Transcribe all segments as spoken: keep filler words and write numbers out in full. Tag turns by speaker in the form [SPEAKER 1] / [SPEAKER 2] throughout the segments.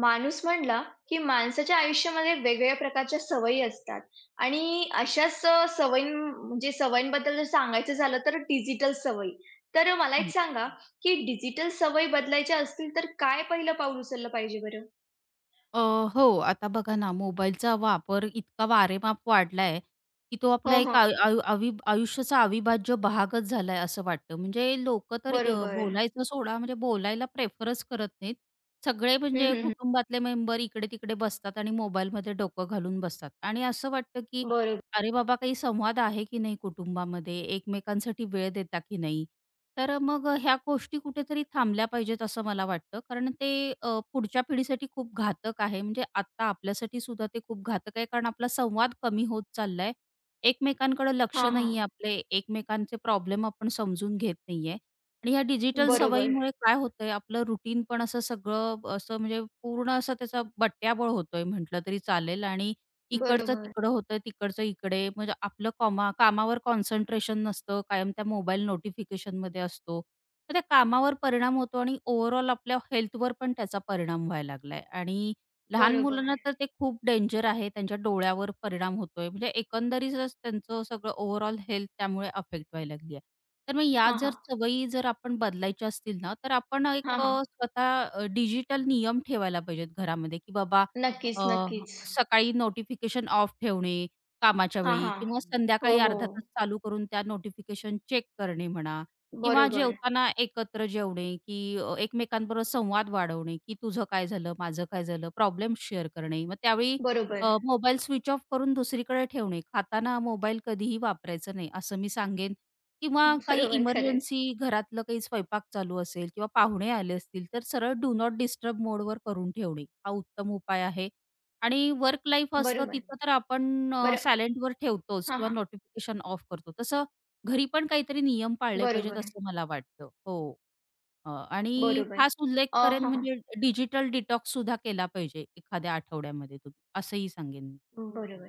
[SPEAKER 1] माणूस म्हणला की माणसाच्या आयुष्यामध्ये वेगवेगळ्या प्रकारच्या सवयी असतात आणि अशाच अ, सवयी म्हणजे सवयींबद्दल जर सांगायचं झालं तर डिजिटल सवयी. तर मला एक
[SPEAKER 2] हं.
[SPEAKER 1] सांगा की डिजिटल सवयी बदलायच्या असतील तर काय पहिलं पाऊल उचललं पाहिजे बरं?
[SPEAKER 2] अ, हो, आता बघा ना, मोबाईलचा वापर इतका वारेमाप वाढलाय, की तो आपला
[SPEAKER 1] हो,
[SPEAKER 2] एक
[SPEAKER 1] हो.
[SPEAKER 2] आयु आयु अवि आयुष्याचा अविभाज्य भागच झालाय असं वाटतं. म्हणजे लोकं तर अ,
[SPEAKER 1] बरोबर.
[SPEAKER 2] बोलायचं सोडा, म्हणजे बोलायला प्रेफरच करत नाहीत. सगळे
[SPEAKER 1] हं,
[SPEAKER 2] म्हणजे
[SPEAKER 1] हं, हं.
[SPEAKER 2] कुटुंबातले मेंबर इकडे-तिकडे बसतात आणि मोबाईलमध्ये डोकं घालून बसतात आणि असं वाटतं, की
[SPEAKER 1] बरोबर.
[SPEAKER 2] अरे बाबा, काही संवाद आहे की नाही कुटुंबामध्ये? एकमेकांसाठी वेळ देता की नाही? तर अ, मग अ, ह्या गोष्टी कुठेतरी थांबल्या पाहिजेत असं मला वाटतं. कारण ते अ, पुढच्या पिढीसाठी खूप घातक आहे. म्हणजे आत्ता आपल्यासाठी सुद्धा ते खूप घातक आहे. कारण आपला संवाद कमी होत चाललाय. एकमेकांकडे लक्ष
[SPEAKER 1] हां,
[SPEAKER 2] नाहीये
[SPEAKER 1] हां.
[SPEAKER 2] आपले. एकमेकांचे प्रॉब्लेम आपण समजून घेत नाहीये. आणि ह्या डिजिटल
[SPEAKER 1] बरोबर.
[SPEAKER 2] सवयीमुळे काय होतंय, आपलं रुटीन पण असं सगळं असं म्हणजे पूर्ण असं त्याचा बट्ट्याबोळ होतोय म्हटलं तरी चालेल आणि इकडचं
[SPEAKER 1] बरोबर.
[SPEAKER 2] तिकडं होतं, तिकडचं इकडे. म्हणजे आपलं कॉमा कामावर कॉन्सन्ट्रेशन नसतं. कायम त्या मोबाईल नोटिफिकेशनमध्ये असतो. तर त्या कामावर परिणाम होतो आणि ओव्हरऑल आपल्या हेल्थवर पण त्याचा परिणाम व्हायला लागलाय आणि लहान
[SPEAKER 1] बरोबर.
[SPEAKER 2] मुलांना तर ते खूप डेंजर आहे. त्यांच्या डोळ्यावर परिणाम होतोय. म्हणजे एकंदरीतच त्यांचं सगळं ओव्हरऑल हेल्थ त्यामुळे अफेक्ट व्हायला लागली आहे. तर मग या
[SPEAKER 1] हां,
[SPEAKER 2] जर
[SPEAKER 1] हां.
[SPEAKER 2] सवयी जर आपण बदलायच्या असतील ना, तर आपण एक
[SPEAKER 1] हां, हां.
[SPEAKER 2] अ, स्वतः डिजिटल नियम ठेवायला पाहिजेत घरामध्ये, की बाबा
[SPEAKER 1] नक्कीच,
[SPEAKER 2] अ,
[SPEAKER 1] नक्कीच.
[SPEAKER 2] सकाळी नोटिफिकेशन ऑफ ठेवणे कामाच्या
[SPEAKER 1] हां,
[SPEAKER 2] वेळी किंवा
[SPEAKER 1] हां. हो,
[SPEAKER 2] संध्याकाळी
[SPEAKER 1] हो.
[SPEAKER 2] अर्धा तास चालू करून त्या नोटिफिकेशन चेक करणे म्हणा किंवा
[SPEAKER 1] बरोबर.
[SPEAKER 2] जेवताना एकत्र जेवणे, की अ, एकमेकांबरोबर संवाद वाढवणे, की तुझं काय झालं, माझं काय झालं, प्रॉब्लेम शेअर करणे. मग त्यावेळी अ,
[SPEAKER 1] बरोबर.
[SPEAKER 2] मोबाईल स्विच ऑफ करून दुसरीकडे ठेवणे. खाताना मोबाईल कधीही वापरायचा नाही, असं मी सांगेन किंवा काही
[SPEAKER 1] बरोबर. खरंय.
[SPEAKER 2] इमर्जन्सी घरातलं काही स्वयंपाक चालू असेल किंवा पाहुणे आले असतील, तर सरळ डू नॉट डिस्टर्ब मोडवर करून ठेवणे. हा उत्तम उपाय आहे आणि वर्क लाईफ असतं
[SPEAKER 1] बरोबर.
[SPEAKER 2] तिथं तर आपण अ,
[SPEAKER 1] बरं
[SPEAKER 2] सायलेंटवर ठेवतोच
[SPEAKER 1] हां,
[SPEAKER 2] किंवा
[SPEAKER 1] हां.
[SPEAKER 2] नोटिफिकेशन ऑफ करतो. तसं घरी पण काहीतरी नियम पाळले
[SPEAKER 1] बरोबर,
[SPEAKER 2] पाहिजेत
[SPEAKER 1] आहे,
[SPEAKER 2] असं मला वाटतं. हो. अ, आणि
[SPEAKER 1] बरोबर.
[SPEAKER 2] खास उल्लेख
[SPEAKER 1] अ,
[SPEAKER 2] करेन
[SPEAKER 1] हां, हां.
[SPEAKER 2] म्हणजे डिजिटल डिटॉक्स डिटॉक्ससुद्धा केला पाहिजे एखाद्या आठवड्यामध्ये तुम्ही असंही सांगेन मी.
[SPEAKER 1] बरोबर.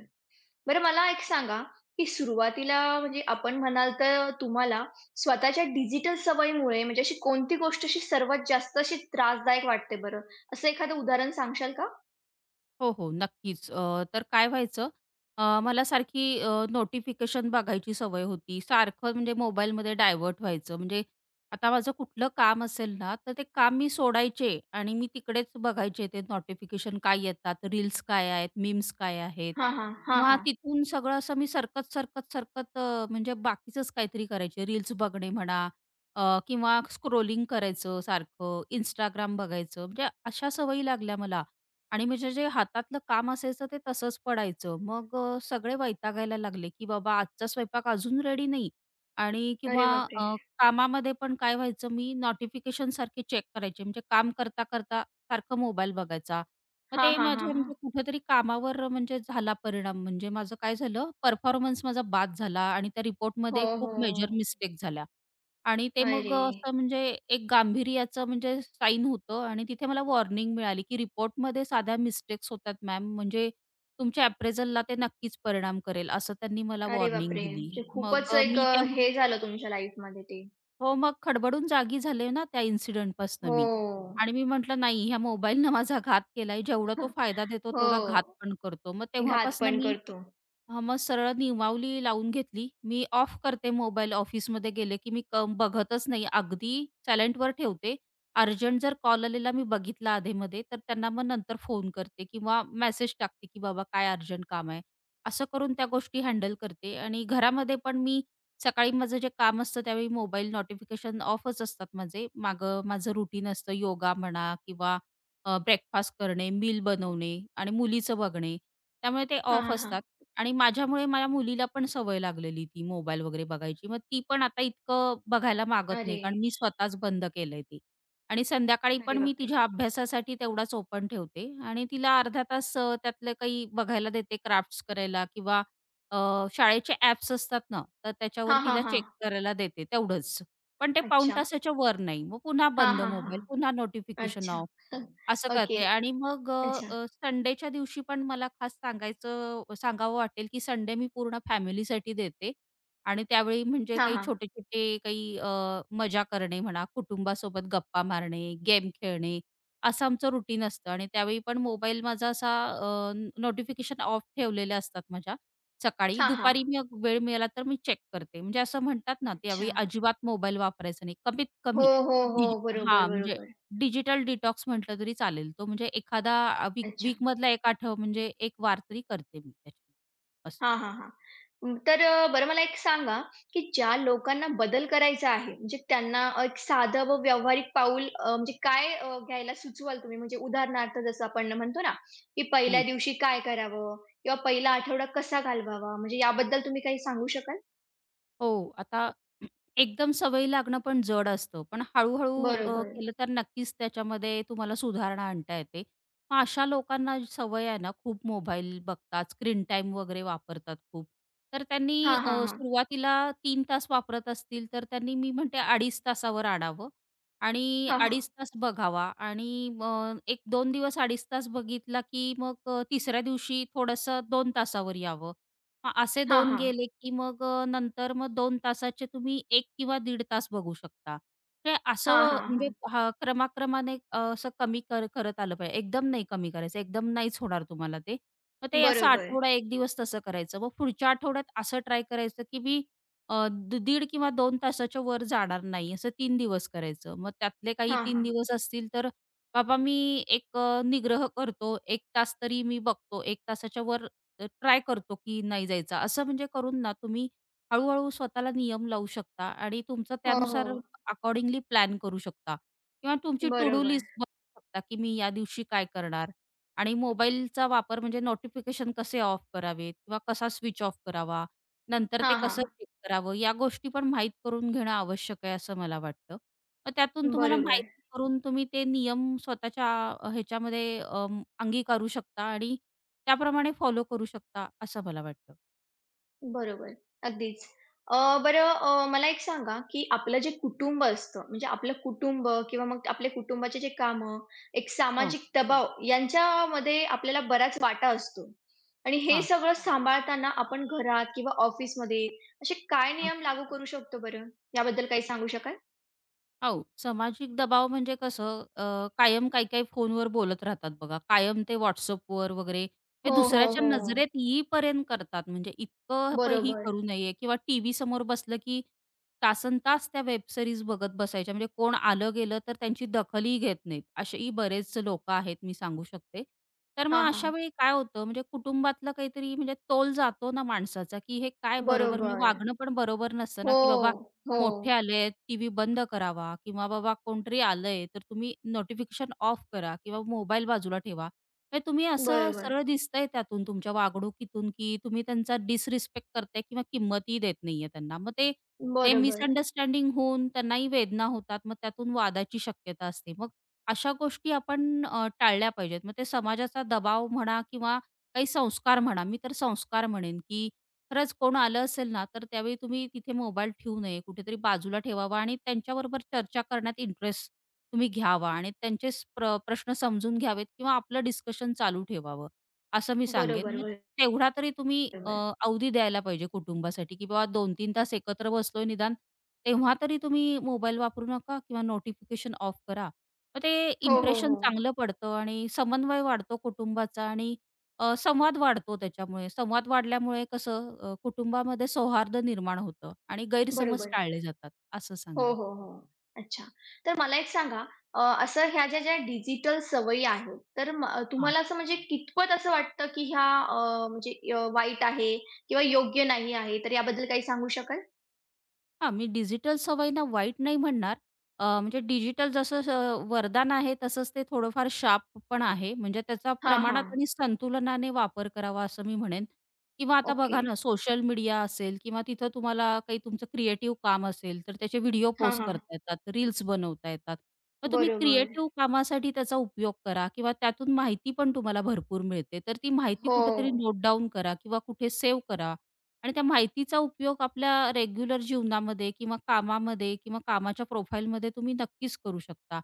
[SPEAKER 1] बरं मला एक सांगा, की सुरुवातीला म्हणजे आपण म्हणाल तर तुम्हाला स्वतःच्या डिजिटल सवयीमुळे म्हणजे अशी कोणती गोष्ट अशी सर्वात जास्त अशी त्रासदायक वाटते बरं? असं एखादं उदाहरण सांगशाल का?
[SPEAKER 2] हो, हो. नक्कीच. अ, तर काय व्हायचं अ, मला सारखी नोटिफिकेशन बघायची सवय होती. सारखं म्हणजे मोबाईलमध्ये डायव्हर्ट व्हायचं. म्हणजे आता माझं कुठलं काम असेल ना, तर ते काम मी सोडायचे आणि मी तिकडेच बघायचे ते नोटिफिकेशन काय येतात, रील्स काय आहेत, मीम्स काय आहेत
[SPEAKER 1] हां, हां. हां,
[SPEAKER 2] किंवा
[SPEAKER 1] हां.
[SPEAKER 2] तिथून सगळं असं मी सरकत, सरकत, सरकत अ, म्हणजे बाकीचंच काहीतरी करायचे. रील्स बघणे म्हणा अ, किंवा स्क्रोलिंग करायचं सारखं, Instagram बघायचं. म्हणजे अशा सवयी लागल्या मला. आणि म्हणजे जे हातातलं काम असायचं ते तसंच पडायचं. मग अ, सगळे वैतागायला लागले, की बाबा आजचा स्वयंपाक अजून रेडी नाही आणि
[SPEAKER 1] अरे
[SPEAKER 2] किंवा
[SPEAKER 1] बापरे!
[SPEAKER 2] अ, कामामध्ये पण काय व्हायचं मी नोटिफिकेशनसारखे चेक करायचे. म्हणजे काम करता, करता सारखं मोबाईल बघायचा. मग
[SPEAKER 1] हां,
[SPEAKER 2] ते
[SPEAKER 1] हां, हां,
[SPEAKER 2] माझ्या
[SPEAKER 1] हां.
[SPEAKER 2] म्हणजे कुठेतरी कामावर म्हणजे झाला परिणाम. म्हणजे माझं काय झालं परफॉर्मन्स माझा बाद झाला आणि त्या
[SPEAKER 1] हो,
[SPEAKER 2] रिपोर्टमध्ये खूप
[SPEAKER 1] हो.
[SPEAKER 2] मेजर मिस्टेक झाल्या. आणि ते मग
[SPEAKER 1] अरे!
[SPEAKER 2] अ, असं म्हणजे एक गांभीर्याचं म्हणजे साईन होतं आणि तिथे मला वॉर्निंग मिळाली, की रिपोर्टमध्ये साध्या मिस्टेक्स होतात मॅम, म्हणजे तुमच्या अप्रेझलला ते नक्कीच परिणाम करेल, असं त्यांनी मला
[SPEAKER 1] अरे
[SPEAKER 2] वॉर्निंग
[SPEAKER 1] बापरे!
[SPEAKER 2] दिली.
[SPEAKER 1] म्हणजे
[SPEAKER 2] मग
[SPEAKER 1] खूपच
[SPEAKER 2] अ,
[SPEAKER 1] एक
[SPEAKER 2] मी
[SPEAKER 1] अ,
[SPEAKER 2] तेव्हा
[SPEAKER 1] हे झालं तुमच्या लाईफमध्ये ते.
[SPEAKER 2] हो, मग खडबडून जागी झाले ना त्या इन्सिडेंटपासनं मी
[SPEAKER 1] हो.
[SPEAKER 2] आणि मी म्हटलं, "नाही, ह्या मोबाईलनं माझा घात केलाय. जेवढा तो फायदा देतो, तेवढा घात
[SPEAKER 1] हो.
[SPEAKER 2] पण करतो." मग
[SPEAKER 1] घात
[SPEAKER 2] तेव्हापासनं
[SPEAKER 1] पण
[SPEAKER 2] मी
[SPEAKER 1] करतो.
[SPEAKER 2] हां, मग सरळ निमावली लावून घेतली. मी ऑफ करते मोबाईल ऑफिसमध्ये गेले, की मी क बघतच नाही. अगदी सायलेंटवर ठेवते. अर्जंट जर कॉल आलेला मी बघितला अधेमध्ये, तर त्यांना मग नंतर फोन करते किंवा मेसेज टाकते, की बाबा काय अर्जंट काम आहे. असं करून त्या गोष्टी हँडल करते आणि घरामध्ये पण मी सकाळी माझं जे काम असतं त्यावेळी मोबाईल नोटिफिकेशन ऑफच असतात माझे. मागं माझं रुटीन असतं योगा म्हणा किंवा अ, ब्रेकफास्ट करणे, मील बनवणे आणि मुलीचं बघणे. त्यामुळे ते ऑफ
[SPEAKER 1] हां, हां.
[SPEAKER 2] असतात आणि माझ्यामुळे माझ्या मुलीला पण सवय लागलेली ती मोबाईल वगैरे बघायची. मग ती पण आता इतकं बघायला मागत नाही
[SPEAKER 1] अरे!
[SPEAKER 2] कारण मी स्वतःच बंद केलंय ती, आणि संध्याकाळी
[SPEAKER 1] अरे
[SPEAKER 2] पण मी
[SPEAKER 1] बापरे!
[SPEAKER 2] तिच्या अभ्यासासाठी तेवढाच ओपन ठेवते आणि तिला अर्धा तास अ, त्यातलं काही बघायला देते क्राफ्ट्स करायला किंवा अ, शाळेचे ॲप्स असतात ना, तर त्याच्यावर
[SPEAKER 1] हां, हां,
[SPEAKER 2] तिला
[SPEAKER 1] हां.
[SPEAKER 2] चेक करायला देते तेवढंच. पण ते पाऊण
[SPEAKER 1] अच्छा.
[SPEAKER 2] तासाच्या वर नाही. मग पुन्हा
[SPEAKER 1] हां,
[SPEAKER 2] बंद
[SPEAKER 1] हां,
[SPEAKER 2] मोबाईल,
[SPEAKER 1] हां.
[SPEAKER 2] पुन्हा नोटिफिकेशन ऑफ.
[SPEAKER 1] अच्छा.
[SPEAKER 2] असं
[SPEAKER 1] ओके.
[SPEAKER 2] करते आणि मग अ,
[SPEAKER 1] अच्छा.
[SPEAKER 2] अ, संडेच्या दिवशी पण मला खास सांगायचं सांगावं वाटेल, की संडे मी पूर्ण फॅमिलीसाठी देते आणि त्यावेळी म्हणजे
[SPEAKER 1] हां,
[SPEAKER 2] काही
[SPEAKER 1] हां.
[SPEAKER 2] छोटे-छोटे काही अ, मजा करणे म्हणा, कुटुंबासोबत गप्पा मारणे, गेम खेळणे, असं आमचं रुटीन असतं आणि त्यावेळी पण मोबाईल माझा असा नोटिफिकेशन ऑफ ठेवलेल्या असतात माझ्या सकाळी.
[SPEAKER 1] हां, हां.
[SPEAKER 2] दुपारी मी अग- वेळ मिळाला तर मी चेक करते. म्हणजे असं म्हणतात ना,
[SPEAKER 1] अच्छा.
[SPEAKER 2] त्यावेळी अजिबात मोबाईल वापरायचा नाही, कमीत
[SPEAKER 1] हो,
[SPEAKER 2] कमी.
[SPEAKER 1] हो, हो.
[SPEAKER 2] ही
[SPEAKER 1] बरोबर,
[SPEAKER 2] हां, म्हणजे
[SPEAKER 1] बरोबर.
[SPEAKER 2] डिजिटल डिटॉक्स म्हटलं तरी चालेल. तो म्हणजे एखादा अ, वीक
[SPEAKER 1] अच्छा.
[SPEAKER 2] वीकमधला एक आठव म्हणजे एक वार तरी करते मी त्याच्या असं.
[SPEAKER 1] हां, हां, हां. अं, तर अ, बरं मला एक सांगा, की ज्या लोकांना बदल करायचा आहे, म्हणजे त्यांना अ, एक साधं व व्यावहारिक पाऊल अ, म्हणजे काय अ, घ्यायला सुचवाल तुम्ही? म्हणजे उदाहरणार्थ जसं आपण म्हणतो ना, की पहिल्या
[SPEAKER 2] हं.
[SPEAKER 1] दिवशी काय करावं? किंवा पहिला आठवडा कसा घालवावा? म्हणजे याबद्दल तुम्ही काही सांगू शकाल?
[SPEAKER 2] हो, आता एकदम सवयी लागणं पण जड असतं. पण हळू-हळू अ,
[SPEAKER 1] बरोबर.
[SPEAKER 2] केलं तर नक्कीच त्याच्यामध्ये तुम्हाला सुधारणा आणता येते. मग अशा लोकांना जी सवय आहे ना, खूप मोबाईल बघतात, स्क्रीन टाईम वगैरे वापरतात खूप. तर त्यांनी
[SPEAKER 1] हां, हां,
[SPEAKER 2] अ,
[SPEAKER 1] हां.
[SPEAKER 2] सुरुवातीला तीन तास वापरत असतील, तर त्यांनी मी म्हणते अडीच तासावर आणावं आणि
[SPEAKER 1] हां, हां.
[SPEAKER 2] अडीच तास बघावा आणि मग एक दोन दिवस अडीच तास बघितला, की मग अ, तिसऱ्या दिवशी थोडंसं दोन तासावर यावं. मग असे
[SPEAKER 1] हां,
[SPEAKER 2] दोन
[SPEAKER 1] हां.
[SPEAKER 2] गेले, की मग अ, नंतर मग दोन तासाचे तुम्ही एक किंवा दीड तास बघू शकता. ते असं
[SPEAKER 1] हां, हां,
[SPEAKER 2] म्हणजे
[SPEAKER 1] हां.
[SPEAKER 2] हा क्रमाक्रमाने अ, असं कमी कर करत आलं पाहिजे. एकदम नाही कमी करायचं, एकदम नाहीच होणार तुम्हाला ते. मग ते असं
[SPEAKER 1] बरोबर.
[SPEAKER 2] आठवडा एक दिवस तसं करायचं. मग पुढच्या आठवड्यात असं ट्राय करायचं, की मी अ, द दीड किंवा दोन तासाच्या वर जाणार नाही, असं तीन दिवस करायचं. मग त्यातले काही
[SPEAKER 1] हां,
[SPEAKER 2] तीन
[SPEAKER 1] हां.
[SPEAKER 2] दिवस असतील, तर बाबा मी एक अ, निग्रह करतो, एक तास तरी मी बघतो, एक तासाच्या वर अ, ट्राय करतो की नाही जायचा. असं म्हणजे करून ना तुम्ही हळू-हळू स्वतःला नियम लावू शकता आणि तुमचं
[SPEAKER 1] हो,
[SPEAKER 2] त्यानुसार
[SPEAKER 1] हो.
[SPEAKER 2] अकॉर्डिंगली प्लॅन करू शकता किंवा तुमची टू डू
[SPEAKER 1] बरोबर.
[SPEAKER 2] लिस्ट बनवू शकता की मी या दिवशी काय करणार आणि मोबाईलचा वापर म्हणजे नोटिफिकेशन कसे ऑफ करावेत किंवा कसा स्विच ऑफ करावा, नंतर ते
[SPEAKER 1] हां,
[SPEAKER 2] कसं
[SPEAKER 1] हां.
[SPEAKER 2] चेक करावं, या गोष्टी पण माहीत करून घेणं आवश्यक आहे असं मला वाटतं. मग त्यातून तुम्हाला
[SPEAKER 1] बरोबर,
[SPEAKER 2] माहिती करून तुम्ही ते नियम स्वतःच्या अ, ह्याच्यामध्ये अ, अंगीकारू शकता आणि त्याप्रमाणे फॉलो करू शकता असं मला वाटतं.
[SPEAKER 1] बरोबर. अगदीच. अ, बरं अ, मला एक सांगा, की आपलं जे कुटुंब असतं, म्हणजे आपलं कुटुंब किंवा मग आपल्या कुटुंबाचे जे कामं, एक
[SPEAKER 2] हो.
[SPEAKER 1] सामाजिक दबाव यांच्यामध्ये आपल्याला बराच वाटा असतो. आणि हे
[SPEAKER 2] हां.
[SPEAKER 1] सगळं सांभाळताना आपण घरात किंवा ऑफिसमध्ये असे काय नियम लागू करू शकतो बरं? याबद्दल काही सांगू शकाल?
[SPEAKER 2] हो, सामाजिक दबाव म्हणजे कसं अ, कायम काही काही फोनवर बोलत राहतात बघा. कायम ते WhatsAppवर वगैरे हे
[SPEAKER 1] हो, हो,
[SPEAKER 2] दुसऱ्याच्या
[SPEAKER 1] हो.
[SPEAKER 2] नजरेत येईपर्यंत करतात. म्हणजे इतकं प ही
[SPEAKER 1] बरोबर.
[SPEAKER 2] करू नये किंवा टीव्ही समोर बसलं की तासन तास त्या वेब सीरीज बघत बसायच्या. म्हणजे कोण आलं गेलं तर त्यांची दखलही घेत नाहीत. असेही बरेच लोकं आहेत मी सांगू शकते. तर
[SPEAKER 1] हां,
[SPEAKER 2] मग अशा
[SPEAKER 1] हां.
[SPEAKER 2] वेळी काय होतं म्हणजे कुटुंबातलं काहीतरी म्हणजे तोल जातो ना माणसाचा, की हे काय बरोबर म्हणजे
[SPEAKER 1] बरोबर.
[SPEAKER 2] वागणं पण बरोबर नसतं ना, की बाबा
[SPEAKER 1] हो, हो.
[SPEAKER 2] मोठे आलेत, टीव्ही बंद करावा किंवा बाबा कोणतरी आलंय, तर तुम्ही नोटिफिकेशन ऑफ करा किंवा मोबाईल बाजूला ठेवा. म्हणजे तुम्ही असं
[SPEAKER 1] बरोबर,
[SPEAKER 2] सरळ दिसतंय त्यातून तुमच्या वागणुकीतून, की तुम्ही त्यांचा डिसरिस्पेक्ट करताय किंवा किंमतही देत नाहीये त्यांना. मग ते ते
[SPEAKER 1] बरोबर,
[SPEAKER 2] मिसअंडरस्टँडिंग होऊन त्यांनाही वेदना होतात. मग त्यातून वादाची शक्यता असते. मग अशा गोष्टी आपण अ, टाळल्या पाहिजेत. मग ते समाजाचा दबाव म्हणा किंवा काही संस्कार म्हणा, मी तर संस्कार म्हणेन, की खरंच कोण आलं असेल ना, तर त्यावेळी तुम्ही तिथे मोबाईल ठेवू नये. कुठेतरी बाजूला ठेवावा आणि त्यांच्याबरोबर चर्चा करण्यात इंटरेस्ट तुम्ही घ्यावा आणि त्यांचे स प्र प्रश्न समजून घ्यावेत किंवा आपलं डिस्कशन चालू ठेवावं, असं मी सांगेन. मग
[SPEAKER 1] बरोबर,
[SPEAKER 2] तेवढा तरी तुम्ही अ,
[SPEAKER 1] बरोबर.
[SPEAKER 2] अवधी द्यायला पाहिजे कुटुंबासाठी, की बाबा दोन तीन तास एकत्र बसलोय निदान तेव्हा तरी तुम्ही मोबाईल वापरू नका किंवा नोटिफिकेशन ऑफ करा. मग ते
[SPEAKER 1] हो, हो, हो.
[SPEAKER 2] इम्प्रेशन चांगलं पडतं आणि समन्वय वाढतो कुटुंबाचा आणि अ, संवाद वाढतो त्याच्यामुळे. संवाद वाढल्यामुळे कसं अ, कुटुंबामध्ये सौहार्द निर्माण होतं आणि गैरसमज
[SPEAKER 1] बरोबर.
[SPEAKER 2] टाळले जातात, असं
[SPEAKER 1] हो,
[SPEAKER 2] सांगेन.
[SPEAKER 1] हो, हो. अच्छा. तर मला एक सांगा अ, असं ह्या ज्या ज्या डिजिटल सवयी आहेत, तर म अ,
[SPEAKER 2] हां.
[SPEAKER 1] तुम्हाला असं म्हणजे कितपत असं वाटतं की ह्या अ, म्हणजे अ, वाईट आहे किंवा योग्य नाही आहे, तर याबद्दल काही सांगू शकाल?
[SPEAKER 2] हां, मी डिजिटल सवयींना वाईट नाही म्हणणार. अ, म्हणजे डिजिटल जसं स वरदान आहे, तसंच ते थोडंफार शाप पण आहे. म्हणजे त्याचा
[SPEAKER 1] हां,
[SPEAKER 2] प्रमाणात
[SPEAKER 1] हां.
[SPEAKER 2] आणि संतुलनाने वापर करावा असं मी म्हणेन. किंवा आता
[SPEAKER 1] ओके.
[SPEAKER 2] बघा ना, सोशल मीडिया असेल किंवा तिथं तुम्हाला काही तुमचं क्रिएटिव्ह काम असेल, तर त्याचे व्हिडिओ
[SPEAKER 1] हां,
[SPEAKER 2] पोस्ट
[SPEAKER 1] हां.
[SPEAKER 2] करता येतात, रील्स बनवता येतात. मग तुम्ही
[SPEAKER 1] बरोबर.
[SPEAKER 2] क्रिएटिव्ह कामासाठी त्याचा उपयोग करा किंवा त्यातून माहिती पण तुम्हाला भरपूर मिळते. तर ती माहिती
[SPEAKER 1] हो.
[SPEAKER 2] कुठेतरी नोट डाउन करा किंवा कुठे सेव्ह करा. आणि त्या माहितीचा उपयोग आपल्या रेग्युलर जीवनामध्ये किंवा कामामध्ये किंवा कामाच्या प्रोफाईलमध्ये तुम्ही नक्कीच करू शकता.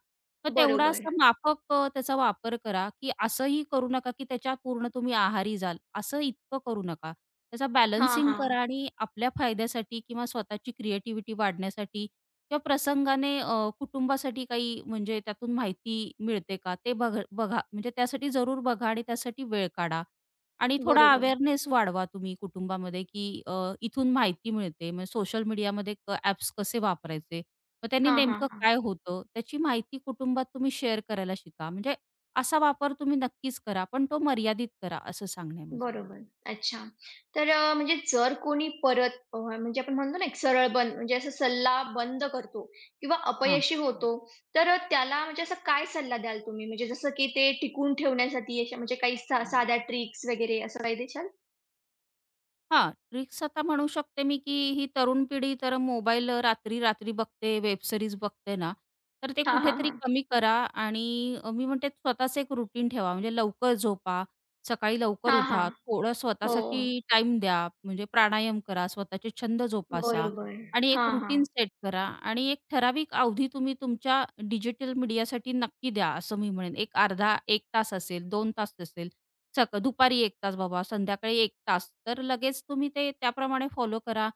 [SPEAKER 2] तर तेवढा
[SPEAKER 1] बरोबर.
[SPEAKER 2] असा माफक अ, त्याचा वापर करा, की असंही करू नका, की त्याच्या पूर्ण तुम्ही आहारी जाल, असं इतकं करू नका. त्याचा
[SPEAKER 1] हां,
[SPEAKER 2] बॅलन्सिंग
[SPEAKER 1] हां.
[SPEAKER 2] करा आणि आपल्या फायद्यासाठी किंवा स्वतःची क्रिएटिव्हिटी वाढण्यासाठी किंवा प्रसंगाने अ, कुटुंबासाठी काही म्हणजे त्यातून माहिती मिळते का ते बघ बघा. म्हणजे त्यासाठी जरूर बघा आणि त्यासाठी वेळ काढा. आणि थोडा
[SPEAKER 1] बरोबर.
[SPEAKER 2] अवेअरनेस वाढवा तुम्ही कुटुंबामध्ये, की अ, इथून माहिती मिळते. मग सोशल मीडियामध्ये क ॲप्स कसे वापरायचे? मग त्यांनी
[SPEAKER 1] हां,
[SPEAKER 2] नेमकं
[SPEAKER 1] हां,
[SPEAKER 2] काय होतं? त्याची माहिती कुटुंबात तुम्ही शेअर करायला शिका. म्हणजे असा वापर तुम्ही नक्कीच करा, पण तो मर्यादित करा, असं सांगणं माझं.
[SPEAKER 1] बरोबर. अच्छा. तर अ, म्हणजे जर कोणी परत अ, म्हणजे आपण म्हणतो ना, एक सरळ बंद म्हणजे असा सल्ला बंद करतो किंवा अपयशी होतो, तर अ, त्याला म्हणजे असा काय सल्ला द्याल तुम्ही? म्हणजे जसं की ते टिकून ठेवण्यासाठी अशा म्हणजे काही सा साध्या ट्रिक्स वगैरे असं काही देशाल?
[SPEAKER 2] हां, ट्रिक्स आता म्हणू शकते मी, की ही तरुण पिढी तर मोबाईल अ, रात्री-रात्री बघते, वेब सीरीज बघते ना, तर ते
[SPEAKER 1] हां, हां,
[SPEAKER 2] कुठेतरी
[SPEAKER 1] हां.
[SPEAKER 2] कमी करा आणि अ, मी म्हणते स्वतःचं एक रुटीन ठेवा. म्हणजे लवकर झोपा, सकाळी लवकर
[SPEAKER 1] हां, हां.
[SPEAKER 2] उठा, थोडं
[SPEAKER 1] हो.
[SPEAKER 2] स्वतःसाठी टाइम द्या, म्हणजे प्राणायाम करा, स्वतःचे छंद जोपासा
[SPEAKER 1] बरोबर.
[SPEAKER 2] आणि एक
[SPEAKER 1] हां, हां.
[SPEAKER 2] रुटीन सेट करा आणि एक ठराविक अवधी तुम्ही तुमच्या डिजिटल मीडियासाठी नक्की द्या, असं मी म्हणेन. एक अर्धा एक तास असेल, दोन तास असेल, सक दुपारी एक तास बाबा, संध्याकाळी एक तास. तर लगेच तुम्ही ते त्याप्रमाणे फॉलो करा.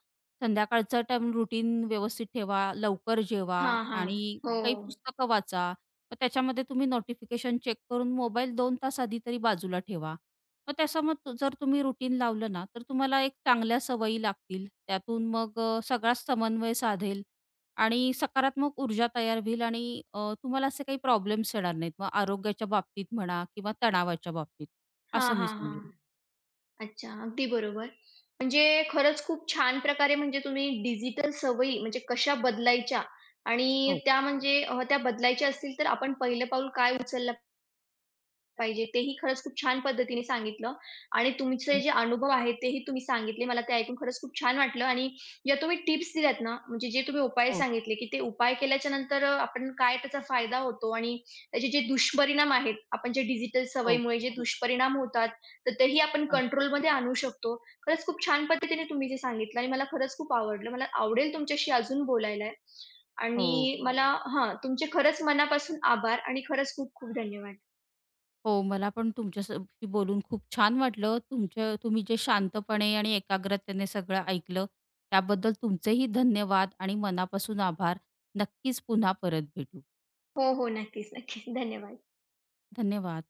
[SPEAKER 2] संध्याकाळचं टाईम रुटीन व्यवस्थित ठेवा, लवकर जेवा
[SPEAKER 1] हां, हां.
[SPEAKER 2] आणि
[SPEAKER 1] हो.
[SPEAKER 2] काही पुस्तकं वाचा. मग त्याच्यामध्ये तुम्ही नोटिफिकेशन चेक करून मोबाईल दोन तास आधी तरी बाजूला ठेवा. मग त्याचं मग तु- जर तुम्ही रुटीन लावलं ना, तर तुम्हाला एक चांगल्या सवयी लागतील. त्यातून मग अ, सगळाच समन्वय साधेल आणि सकारात्मक ऊर्जा तयार होईल आणि अ, तुम्हाला असे काही प्रॉब्लेम्स येणार नाहीत. मग आरोग्याच्या बाबतीत म्हणा किंवा तणावाच्या बाबतीत. असं
[SPEAKER 1] हां,
[SPEAKER 2] मी
[SPEAKER 1] हां, हां.
[SPEAKER 2] समजेल.
[SPEAKER 1] अच्छा, अगदी बरोबर. म्हणजे खरंच खूप छान प्रकारे म्हणजे तुम्ही डिजिटल सवयी म्हणजे कशा बदलायच्या आणि
[SPEAKER 2] हो.
[SPEAKER 1] त्या म्हणजे अ, त्या बदलायच्या असतील तर आपण पहिलं पाऊल काय उचललं पाहिजे तेही खरंच खूप छान पद्धतीने सांगितलं आणि तुमचे
[SPEAKER 2] हं.
[SPEAKER 1] जे अनुभव आहेत तेही तुम्ही सांगितले. मला ते ऐकून खरंच खूप छान वाटलं आणि ज्या तुम्ही टिप्स दिल्यात ना, म्हणजे जे तुम्ही उपाय
[SPEAKER 2] हो,
[SPEAKER 1] सांगितले, की ते उपाय केल्याच्या नंतर अ, आपण काय त्याचा फायदा होतो आणि त्याचे जे दुष्परिणाम आहेत, आपण जे डिजिटल
[SPEAKER 2] हो,
[SPEAKER 1] सवयीमुळे जे दुष्परिणाम होतात, तर तेही आपण
[SPEAKER 2] हो,
[SPEAKER 1] कंट्रोलमध्ये आणू शकतो. खरंच खूप छान पद्धतीने तुम्ही जे सांगितलं आणि मला खरंच खूप आवडलं. मला आवडेल तुमच्याशी अजून बोलायला
[SPEAKER 2] हो.
[SPEAKER 1] आणि मला हां, तुमचे खरंच मनापासून आभार आणि खरंच खूप खूप धन्यवाद.
[SPEAKER 2] हो, मला पण तुमच्याशी बोलून खूप छान वाटलं. तुमच्या तुम्ही जे शांतपणे आणि एकाग्रतेने सगळं ऐकलं, त्याबद्दल तुमचेही धन्यवाद आणि मनापासून आभार. नक्कीच पुन्हा परत भेटू.
[SPEAKER 1] हो, हो. नक्कीच, नक्कीच. धन्यवाद.
[SPEAKER 2] धन्यवाद.